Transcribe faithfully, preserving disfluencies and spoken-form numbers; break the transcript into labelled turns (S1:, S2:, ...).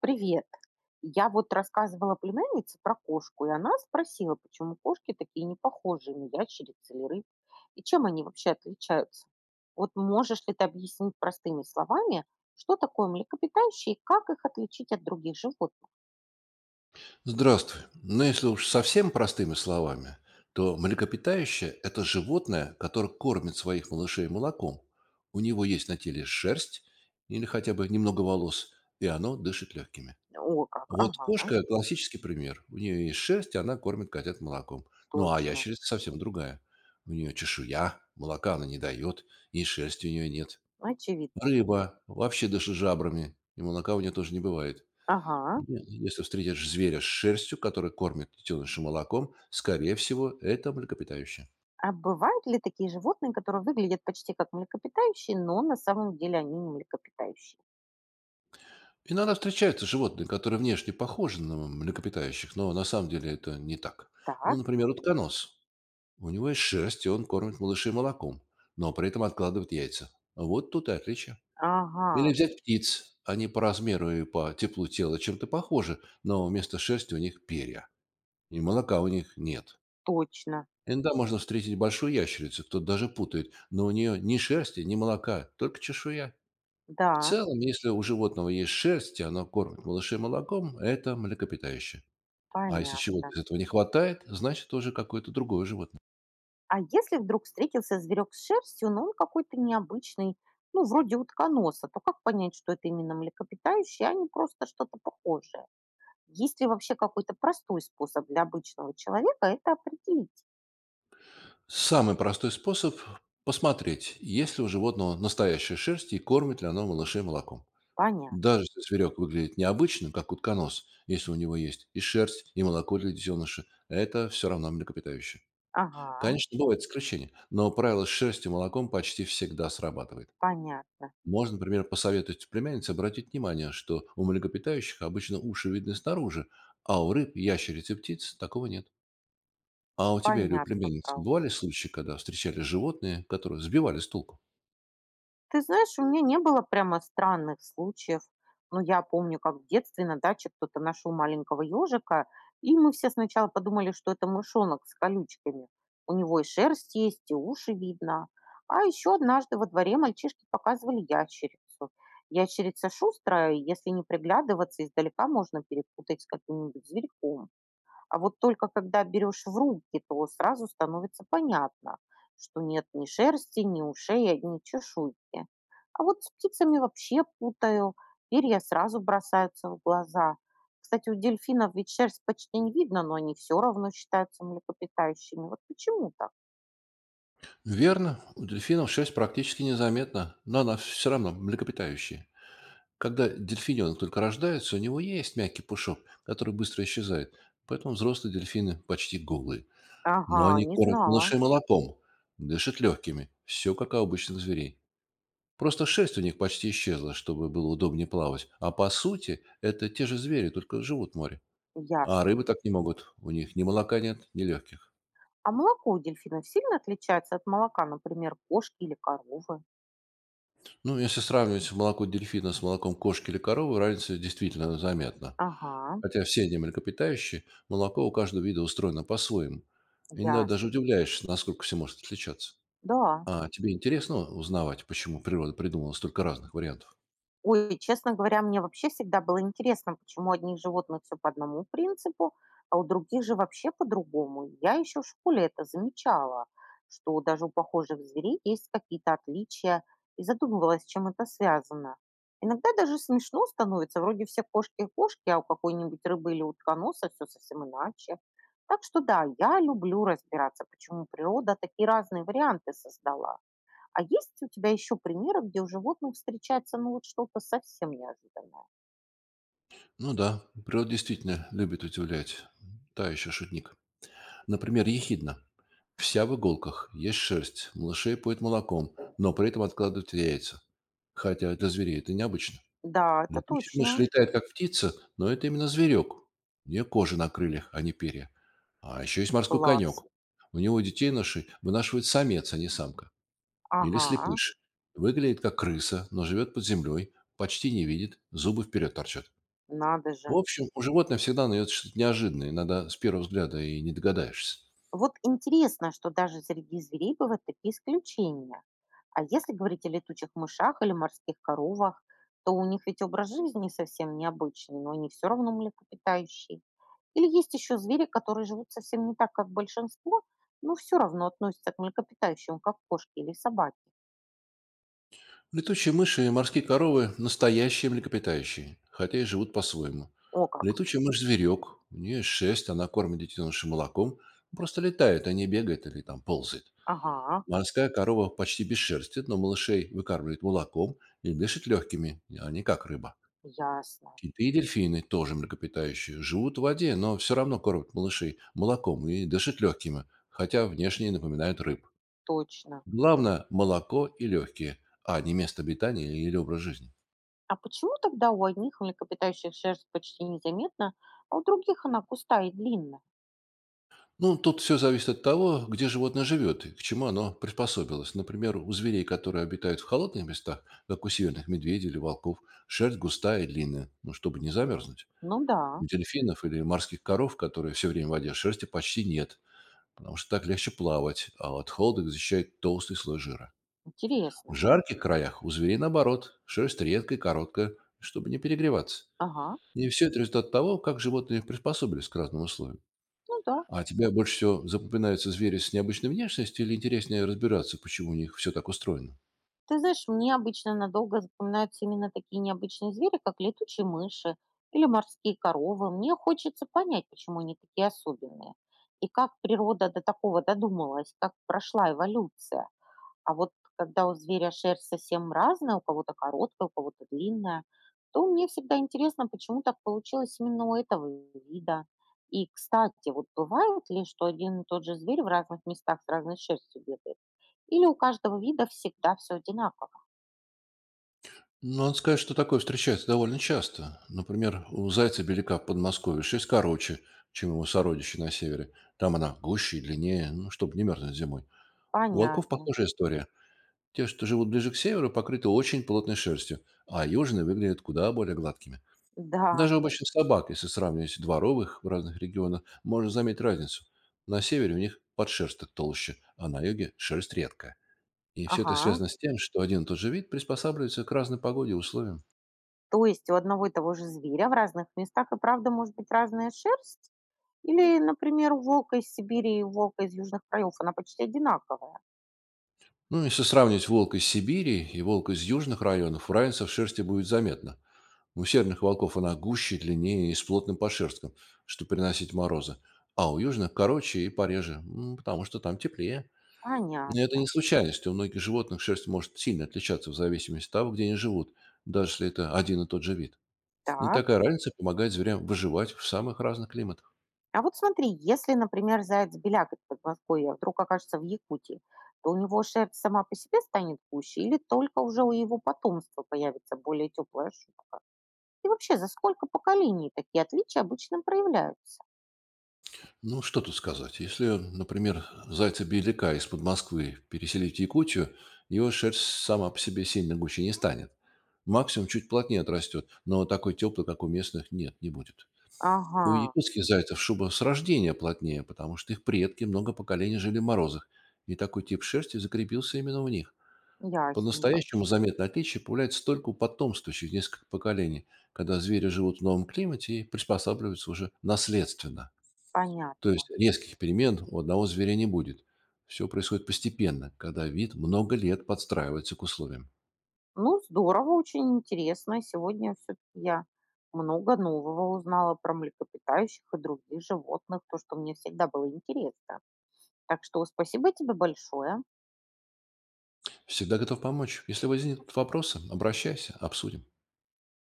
S1: Привет. Я вот рассказывала племяннице про кошку, и она спросила, почему кошки такие не похожие на ящериц или рыб, и чем они вообще отличаются. Вот можешь ли ты объяснить простыми словами, что такое млекопитающие и как их отличить от других животных?
S2: Здравствуй. Ну, Если уж совсем простыми словами, то млекопитающее– это животное, которое кормит своих малышей молоком. У него есть на теле шерсть или хотя бы немного волос, и оно дышит легкими.
S1: О, как,
S2: Вот
S1: ага,
S2: кошка– классический пример. У нее есть шерсть, и она кормит котят молоком. Ну, а
S1: точно,
S2: ящерица совсем другая. У нее чешуя, молока она не дает, и шерсти у нее нет.
S1: очевидно.
S2: Рыба вообще дышит жабрами, и молока у нее тоже не бывает.
S1: Ага.
S2: Е, Если встретишь зверя с шерстью, который кормит детеныша молоком, скорее всего, это млекопитающее.
S1: А бывают ли такие животные, которые выглядят почти как млекопитающие, но на самом деле они не млекопитающие?
S2: Иногда встречаются животные, которые внешне похожи на млекопитающих, но на самом деле это не так. Ну,
S1: Так,
S2: Например, утконос. У него есть шерсть, и он кормит малышей молоком, но при этом откладывает яйца. Вот тут и отличие.
S1: ага,
S2: Или взять птиц. Они по размеру и по теплу тела чем-то похожи, но вместо шерсти у них перья, и молока у них нет.
S1: точно,
S2: Иногда можно встретить большую ящерицу, кто-то даже путает, но у нее ни шерсти, ни молока, только чешуя. В
S1: да.
S2: целом, если у животного есть шерсть, и оно кормит малышей молоком, это млекопитающее. А если чего-то
S1: Понятно.
S2: из этого не хватает, значит уже какое-то другое животное.
S1: А если вдруг встретился зверек с шерстью, но он какой-то необычный, ну, вроде утконоса, то как понять, что это именно млекопитающие, а не просто что-то похожее? Есть ли вообще какой-то простой способ для обычного человека это определить?
S2: Самый простой способ– посмотреть, есть ли у животного настоящая шерсть и кормит ли оно малышей молоком.
S1: Понятно.
S2: Даже если зверек выглядит необычным, как утконос, если у него есть и шерсть, и молоко для детеныша, это все равно млекопитающее.
S1: Ага,
S2: Конечно, бывают исключения, но правило с шерстью и молоком почти всегда срабатывает.
S1: понятно,
S2: Можно, например, посоветовать племяннице обратить внимание, что у млекопитающих обычно уши видны снаружи, а у рыб, ящериц и птиц такого нет. А у тебя или у
S1: понятно про
S2: племянницы
S1: уж.
S2: бывали случаи, когда встречали животные, которые сбивали с толку?
S1: Ты знаешь, у меня не было прямо странных случаев. Но я помню, как в детстве на даче кто-то нашел маленького ежика, и мы все сначала подумали, что это мышонок с колючками. У него и шерсть есть, и уши видно. А еще однажды во дворе мальчишки показывали ящерицу. Ящерица шустрая, и если не приглядываться, издалека можно перепутать с каким-нибудь зверьком. А вот только когда берешь в руки, то сразу становится понятно, что нет ни шерсти, ни ушей, одни чешуйки. А вот с птицами вообще путаю, перья сразу бросаются в глаза. Кстати, у дельфинов ведь шерсть почти не видно, но они все равно считаются млекопитающими. Вот почему так?
S2: Верно, у дельфинов шерсть практически незаметна, но она все равно млекопитающая. Когда дельфиненок только рождается, у него есть мягкий пушок, который быстро исчезает, поэтому взрослые дельфины почти голые.
S1: Ага,
S2: Но они
S1: не
S2: кормят
S1: знала.
S2: малышей молоком, дышат легкими. Все как у обычных зверей. Просто шерсть у них почти исчезла, чтобы было удобнее плавать. А по сути, это те же звери, только живут в море. А
S1: Ясно.
S2: рыбы так не могут. У них ни молока нет, ни легких.
S1: А молоко у дельфинов сильно отличается от молока, например, кошки или коровы?
S2: Ну, Если сравнивать молоко дельфина с молоком кошки или коровы, разница действительно заметна.
S1: Ага,
S2: Хотя все они млекопитающие, молоко у каждого вида устроено по-своему. Иногда даже
S1: ясно.
S2: удивляешься, насколько все может отличаться.
S1: Да.
S2: А тебе интересно узнавать, почему природа придумала столько разных вариантов?
S1: Ой, честно говоря, мне вообще всегда было интересно, почему у одних животных все по одному принципу, а у других же вообще по-другому. Я еще в школе это замечала, что даже у похожих зверей есть какие-то отличия, и задумывалась, с чем это связано. Иногда даже смешно становится, вроде все кошки кошки, а у какой-нибудь рыбы или утконоса все совсем иначе. Так что да, я люблю разбираться, почему природа такие разные варианты создала. А есть у тебя еще примеры, где у животных встречается, ну, вот что-то совсем неожиданное?
S2: Ну да, природа действительно любит удивлять. Та еще шутник. Например, ехидна. Вся в иголках, есть шерсть, малышей поет молоком, но при этом откладывает яйца. Хотя для зверей это необычно.
S1: Да, это
S2: Летучая мышь
S1: точно.
S2: летает как птица, но это именно зверек. У нее кожа на крыльях, а не перья. А еще есть морской
S1: Класс.
S2: конек. У него детей ноши вынашивает самец, а не самка. Или
S1: Ага,
S2: слепыш. Выглядит как крыса, но живет под землей, почти не видит, зубы вперед торчат.
S1: надо же.
S2: В общем, у животных всегда найдется что-то неожиданное, иногда с первого взгляда и не догадаешься.
S1: Вот интересно, что даже среди зверей бывают такие исключения. А если говорить о летучих мышах или морских коровах, то у них ведь образ жизни совсем необычный, но они все равно млекопитающие. Или есть еще звери, которые живут совсем не так, как большинство, но все равно относятся к млекопитающим, как кошки или собаки.
S2: Летучие мыши и морские коровы– настоящие млекопитающие, хотя и живут по-своему.
S1: О как.
S2: Летучая мышь-зверек, у нее шесть, она кормит детенышей молоком, просто летает, а не бегает или там ползает.
S1: Ага.
S2: Морская корова почти без шерсти, но малышей выкармливает молоком и дышит легкими, а не как рыба.
S1: Ясно,
S2: Киты и дельфины тоже млекопитающие, живут в воде, но все равно кормят малышей молоком и дышат легкими, хотя внешне и напоминают рыб.
S1: точно.
S2: Главное– молоко и легкие, а не место обитания или образ жизни.
S1: А почему тогда у одних млекопитающих шерсть почти незаметна, а у других она густая и длинная?
S2: Ну, Тут все зависит от того, где животное живет и к чему оно приспособилось. Например, у зверей, которые обитают в холодных местах, как у северных медведей или волков, шерсть густая и длинная, ну, чтобы не замерзнуть.
S1: Ну да,
S2: У дельфинов или морских коров, которые все время в воде, шерсти почти нет, потому что так легче плавать, а от холода их защищает толстый слой жира. В
S1: интересно.
S2: жарких краях у зверей наоборот, шерсть редкая и короткая, чтобы не перегреваться.
S1: Ага,
S2: И все это результат того, как животные приспособились к разным условиям.
S1: ну да.
S2: А тебе больше всего запоминаются звери с необычной внешностью или интереснее разбираться, почему у них все так устроено?
S1: Ты знаешь, мне обычно надолго запоминаются именно такие необычные звери, как летучие мыши или морские коровы. Мне хочется понять, почему они такие особенные. И как природа до такого додумалась, как прошла эволюция. А вот когда у зверя шерсть совсем разная, у кого-то короткая, у кого-то длинная, то мне всегда интересно, почему так получилось именно у этого вида. И, кстати, вот бывает ли, что один и тот же зверь в разных местах с разной шерстью бегает? Или у каждого вида всегда все одинаково?
S2: Ну, Надо сказать, что такое встречается довольно часто. Например, у зайца-беляка в Подмосковье шесть короче, чем его сородичи на севере. Там она гуще и длиннее, ну, чтобы не мерзнуть зимой. У волков
S1: Понятно.
S2: похожая история. Те, что живут ближе к северу, покрыты очень плотной шерстью, а южные выглядят куда более гладкими.
S1: Да,
S2: Даже у обычных собак, если сравнивать дворовых в разных регионах, можно заметить разницу. На севере у них подшерсток толще, а на юге шерсть редкая. И все это
S1: ага.
S2: связано с тем, что один и тот же вид приспосабливается к разной погоде и условиям.
S1: То есть у одного и того же зверя в разных местах и правда может быть разная шерсть? Или, например, у волка из Сибири и у волка из южных краев она почти одинаковая?
S2: Ну, Если сравнивать волка из Сибири и волка из южных районов, разница в шерсти будет заметна. У северных волков она гуще, длиннее и с плотным подшерстком, чтобы приносить морозы. А у южных короче и пореже, м, потому что там теплее. Но это
S1: Понятно.
S2: не случайность. У многих животных шерсть может сильно отличаться в зависимости от того, где они живут, даже если это один и тот же вид. И
S1: Так.
S2: такая разница помогает зверям выживать в самых разных климатах.
S1: А вот смотри, если, например, заяц-беляк из Подмосковья вдруг окажется в Якутии, то у него шерсть сама по себе станет гуще или только уже у его потомства появится более теплая шубка? И вообще, за сколько поколений такие отличия обычно проявляются?
S2: Ну, Что тут сказать. Если, например, зайца-беляка из-под Москвы переселить в Якутию, его шерсть сама по себе сильно гуще не станет. Максимум чуть плотнее отрастет, но такой теплый, как у местных, нет, не будет.
S1: Ага,
S2: У якутских зайцев шуба с рождения плотнее, потому что их предки много поколений жили в морозах, и такой тип шерсти закрепился именно у них.
S1: ясненько,
S2: По-настоящему заметное отличие появляется только у потомства через несколько поколений, когда звери живут в новом климате и приспосабливаются уже наследственно. То
S1: понятно.
S2: есть резких перемен у одного зверя не будет. Все происходит постепенно, когда вид много лет подстраивается к условиям.
S1: Ну, здорово, очень интересно. Сегодня все-таки я много нового узнала про млекопитающих и других животных, то, что мне всегда было интересно. Так что спасибо тебе большое.
S2: Всегда готов помочь. Если возникнут вопросы, обращайся, обсудим.